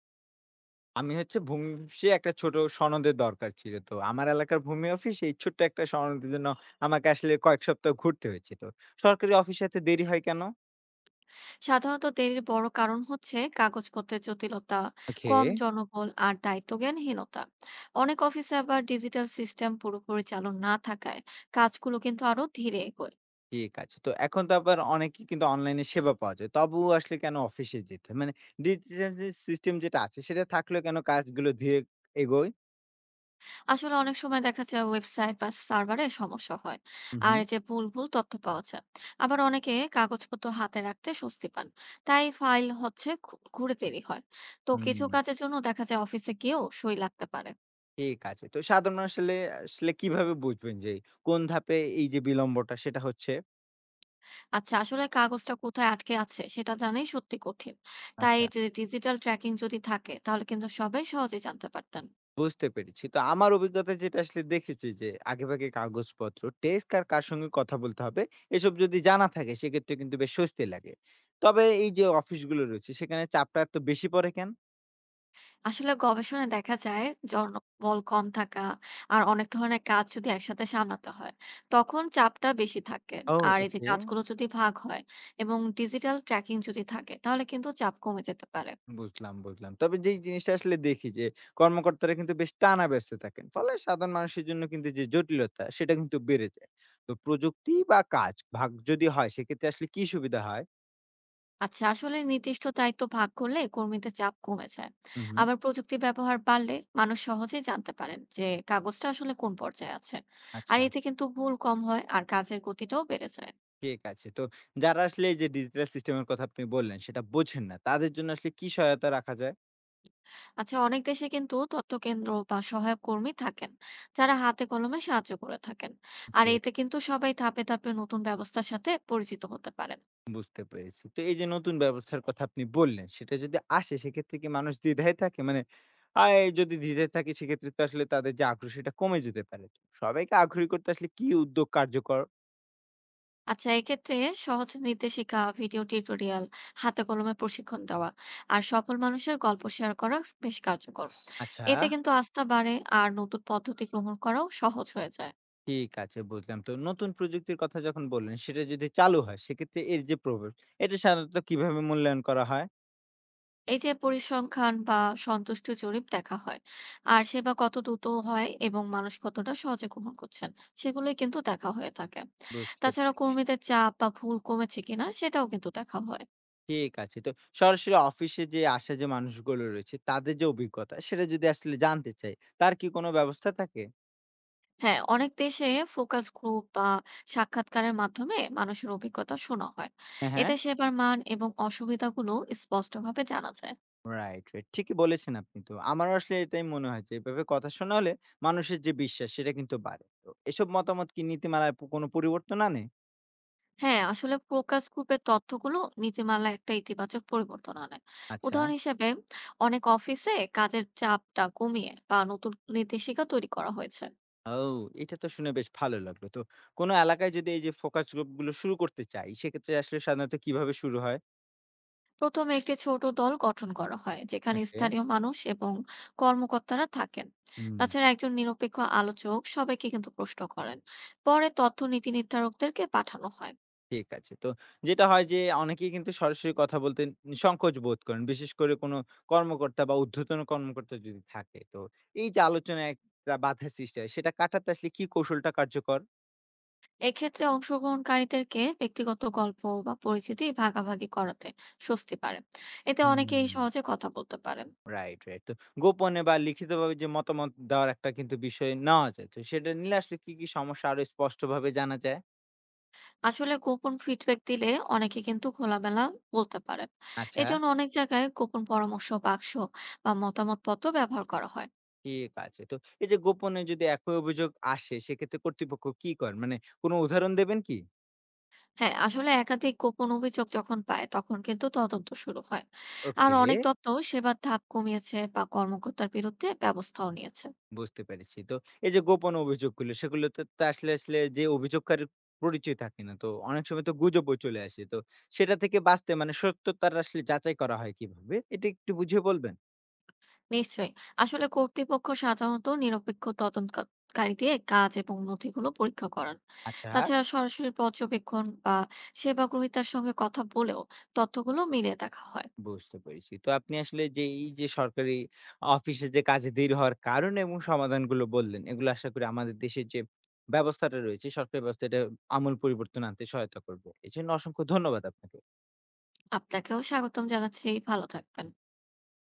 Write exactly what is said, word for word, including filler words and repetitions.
আমি হচ্ছে ভূমি অফিসে একটা ছোট সনদের দরকার ছিল। তো আমার এলাকার ভূমি অফিস এই ছোট্ট একটা সনদের জন্য আমাকে আসলে কয়েক সপ্তাহ ঘুরতে হয়েছে। তো সরকারি অফিসে এত দেরি হয় কেন? সাধারণত দেরির বড় কারণ হচ্ছে কাগজপত্রের জটিলতা, ওকে। কম জনবল আর দায়িত্বজ্ঞানহীনতা। অনেক অফিসে আবার ডিজিটাল সিস্টেম পুরোপুরি চালু না থাকায় কাজগুলো কিন্তু আরো ধীরে এগোয়। ঠিক আছে। তো এখন তো আবার অনেকেই কিন্তু অনলাইনে সেবা পাওয়া যায়। তবুও আসলে কেন অফিসে যেতে হয়? মানে ডিজিটাল যে সিস্টেম যেটা আছে সেটা থাকলেও কেন কাজগুলো ধীরে এগোয়? আসলে অনেক সময় দেখা যায় ওয়েবসাইট বা সার্ভারে সমস্যা হয় হু, আর হু। এই যে ভুল ভুল তথ্য পাওয়া যায়। আবার অনেকে কাগজপত্র হাতে রাখতে স্বস্তি পান। তাই ফাইল হচ্ছে ঘু- ঘুরে দেরি হয়। তো কিছু হুম। কাজের জন্য দেখা যায় অফিসে গিয়েও সই লাগতে পারে। ঠিক আছে। তো সাধারণ আসলে আসলে কিভাবে বুঝবেন যে কোন ধাপে এই যে বিলম্বটা সেটা হচ্ছে? আচ্ছা আসলে কাগজটা কোথায় আটকে আছে সেটা জানাই সত্যি কঠিন, তাই আচ্ছা। যে ডিজিটাল ট্র্যাকিং যদি থাকে তাহলে কিন্তু সবাই সহজে জানতে পারতেন। বুঝতে পেরেছি। তো আমার অভিজ্ঞতায় যেটা আসলে দেখেছি যে, আগেভাগে কাগজপত্র, ডেস্ক আর কার সঙ্গে কথা বলতে হবে, এসব যদি জানা থাকে সেক্ষেত্রে কিন্তু বেশ স্বস্তি লাগে। তবে এই যে অফিসগুলো রয়েছে সেখানে চাপটা এত বেশি পড়ে কেন? আসলে গবেষণায় দেখা যায় জনবল কম থাকা আর অনেক ধরনের কাজ যদি একসাথে সামলাতে হয় তখন চাপটা বেশি থাকে। ও। আর এই যে ওকে। কাজগুলো যদি ভাগ হয় এবং ডিজিটাল ট্র্যাকিং যদি থাকে তাহলে কিন্তু চাপ কমে যেতে পারে। বুঝলাম, বুঝলাম। তবে যেই জিনিসটা আসলে দেখি যে, কর্মকর্তারা কিন্তু বেশ টানা ব্যস্ত থাকেন। ফলে সাধারণ মানুষের জন্য কিন্তু যে জটিলতা সেটা কিন্তু বেড়ে যায়। তো প্রযুক্তি বা কাজ ভাগ যদি হয় সেক্ষেত্রে আসলে কি সুবিধা হয়? আচ্ছা আসলে নির্দিষ্ট দায়িত্ব ভাগ করলে কর্মীদের চাপ কমে যায়। হু, হু। আবার প্রযুক্তি ব্যবহার বাড়লে মানুষ সহজেই জানতে পারেন যে কাগজটা আসলে কোন পর্যায়ে আছে। আর আচ্ছা। এতে কিন্তু ভুল কম হয় আর কাজের গতিটাও বেড়ে যায়। ঠিক আছে। তো যারা আসলে এই যে ডিজিটাল সিস্টেম এর কথা আপনি বললেন সেটা বোঝেন না, তাদের জন্য আসলে কি সহায়তা রাখা যায়? আচ্ছা অনেক দেশে কিন্তু তথ্য কেন্দ্র বা সহায়ক কর্মী থাকেন যারা হাতে কলমে সাহায্য করে থাকেন। আর ওকে। এতে কিন্তু সবাই ধাপে ধাপে নতুন ব্যবস্থার সাথে পরিচিত হতে পারেন। বুঝতে পেরেছি। তো এই যে নতুন ব্যবস্থার কথা আপনি বললেন, সেটা যদি আসে সেক্ষেত্রে কি মানুষ দ্বিধায় থাকে? মানে আয় যদি দ্বিধায় থাকে সেক্ষেত্রে তো আসলে তাদের যে আগ্রহ সেটা কমে যেতে পারে। তো সবাইকে আগ্রহী করতে আসলে কি উদ্যোগ কার্যকর? আচ্ছা এক্ষেত্রে সহজ নির্দেশিকা, ভিডিও টিউটোরিয়াল, হাতে কলমে প্রশিক্ষণ দেওয়া আর সফল মানুষের গল্প শেয়ার করা বেশ কার্যকর। আচ্ছা। এতে কিন্তু আস্থা বাড়ে আর নতুন পদ্ধতি গ্রহণ করাও সহজ হয়ে যায়। ঠিক আছে বুঝলাম। তো নতুন প্রযুক্তির কথা যখন বললেন সেটা যদি চালু হয় সেক্ষেত্রে এর যে প্রভাব এটা সাধারণত কিভাবে মূল্যায়ন করা হয়? এই যে পরিসংখ্যান বা সন্তুষ্ট জরিপ দেখা হয় আর সেবা কত দ্রুত হয় এবং মানুষ কতটা সহজে গ্রহণ করছেন সেগুলোই কিন্তু দেখা হয়ে থাকে। বুঝতে তাছাড়া পেরেছি। কর্মীদের চাপ বা ভুল কমেছে কিনা সেটাও কিন্তু দেখা হয়। ঠিক আছে। তো সরাসরি অফিসে যে আসা যে মানুষগুলো রয়েছে, তাদের যে অভিজ্ঞতা সেটা যদি আসলে জানতে চাই, তার কি কোনো ব্যবস্থা থাকে? হ্যাঁ, অনেক দেশে ফোকাস গ্রুপ বা সাক্ষাৎকারের মাধ্যমে মানুষের অভিজ্ঞতা শোনা হয়। হ্যাঁ, হ্যাঁ। এতে সেবার মান এবং অসুবিধাগুলো স্পষ্টভাবে জানা যায়। Right, right. ঠিকই বলেছেন আপনি তো। আমারও আসলে এটাই মনে হয় যে এভাবে কথা শোনা হলে মানুষের যে বিশ্বাস সেটা কিন্তু বাড়ে। তো এসব মতামত কি নীতিমালায় প কোনো পরিবর্তন আনে? হ্যাঁ, আসলে ফোকাস গ্রুপের তথ্যগুলো নীতিমালায় একটা ইতিবাচক পরিবর্তন আনে। আচ্ছা। উদাহরণ হিসেবে অনেক অফিসে কাজের চাপটা কমিয়ে বা নতুন নির্দেশিকা তৈরি করা হয়েছে। ও! এটা তো শুনে বেশ ভালো লাগলো। তো কোনো এলাকায় যদি এই যে ফোকাস গ্রুপ গুলো শুরু করতে চাই, সেক্ষেত্রে আসলে সাধারণত কিভাবে শুরু হয়? প্রথমে একটি ছোট দল গঠন করা হয় যেখানে ওকে। স্থানীয় মানুষ এবং কর্মকর্তারা থাকেন। হুম। তাছাড়া একজন নিরপেক্ষ আলোচক সবাইকে কিন্তু প্রশ্ন করেন। পরে তথ্য নীতি নির্ধারকদেরকে পাঠানো হয়। ঠিক আছে। তো যেটা হয় যে অনেকেই কিন্তু সরাসরি কথা বলতে উম সংকোচ বোধ করেন। বিশেষ করে কোনো কর্মকর্তা বা ঊর্ধ্বতন কর্মকর্তা যদি থাকে। তো এই যে আলোচনায় একটা বাধা সৃষ্টি হয় সেটা কাটাতে আসলে কি কৌশলটা কার্যকর? এক্ষেত্রে অংশগ্রহণকারীদেরকে ব্যক্তিগত গল্প বা পরিচিতি ভাগাভাগি করাতে স্বস্তি পারে। এতে অনেকেই হুম। সহজে কথা বলতে পারেন। Right, right. তো গোপনে বা লিখিতভাবে যে মতামত দেওয়ার একটা কিন্তু বিষয় নেওয়া যায়। তো সেটা নিলে আসলে কি, কি সমস্যা আরো স্পষ্টভাবে জানা যায়? আসলে গোপন ফিডব্যাক দিলে অনেকে কিন্তু খোলামেলা বলতে পারেন। আচ্ছা। এজন্য অনেক জায়গায় গোপন পরামর্শ বাক্স বা মতামত পত্র ব্যবহার করা হয়। ঠিক আছে। তো এই যে গোপনে যদি একই অভিযোগ আসে সেক্ষেত্রে কর্তৃপক্ষ কি করেন? মানে কোনো উদাহরণ দেবেন কি? হ্যাঁ, আসলে একাধিক গোপন অভিযোগ যখন পায় তখন কিন্তু তদন্ত শুরু হয়। আর ওকে। অনেক তথ্য সেবার ধাপ কমিয়েছে বা কর্মকর্তার বিরুদ্ধে ব্যবস্থাও নিয়েছে। বুঝতে পেরেছি। তো এই যে গোপন অভিযোগগুলো সেগুলোতে তো আসলে, আসলে যে অভিযোগকারীর পরিচয় থাকে না। তো অনেক সময় তো গুজবও চলে আসে। তো সেটা থেকে বাঁচতে মানে সত্যতার আসলে যাচাই করা হয় কিভাবে? এটা একটু বুঝিয়ে বলবেন? নিশ্চয়ই। আসলে কর্তৃপক্ষ সাধারণত নিরপেক্ষ তদন্তকারী দিয়ে কাজ এবং নথিগুলো পরীক্ষা করান। আচ্ছা। তাছাড়া সরাসরি পর্যবেক্ষণ বা সেবা গ্রহীতার সঙ্গে কথা বলেও তথ্যগুলো মিলিয়ে দেখা হয়। বুঝতে পেরেছি। তো আপনি আসলে যে এই যে সরকারি অফিসে যে কাজে দেরি হওয়ার কারণ এবং সমাধানগুলো বললেন, এগুলো আশা করি আমাদের দেশের যে ব্যবস্থাটা রয়েছে, সরকারি ব্যবস্থা এটা আমূল পরিবর্তন আনতে সহায়তা করবে। এজন্য অসংখ্য ধন্যবাদ আপনাকে। আপনাকেও স্বাগতম জানাচ্ছি। ভালো থাকবেন।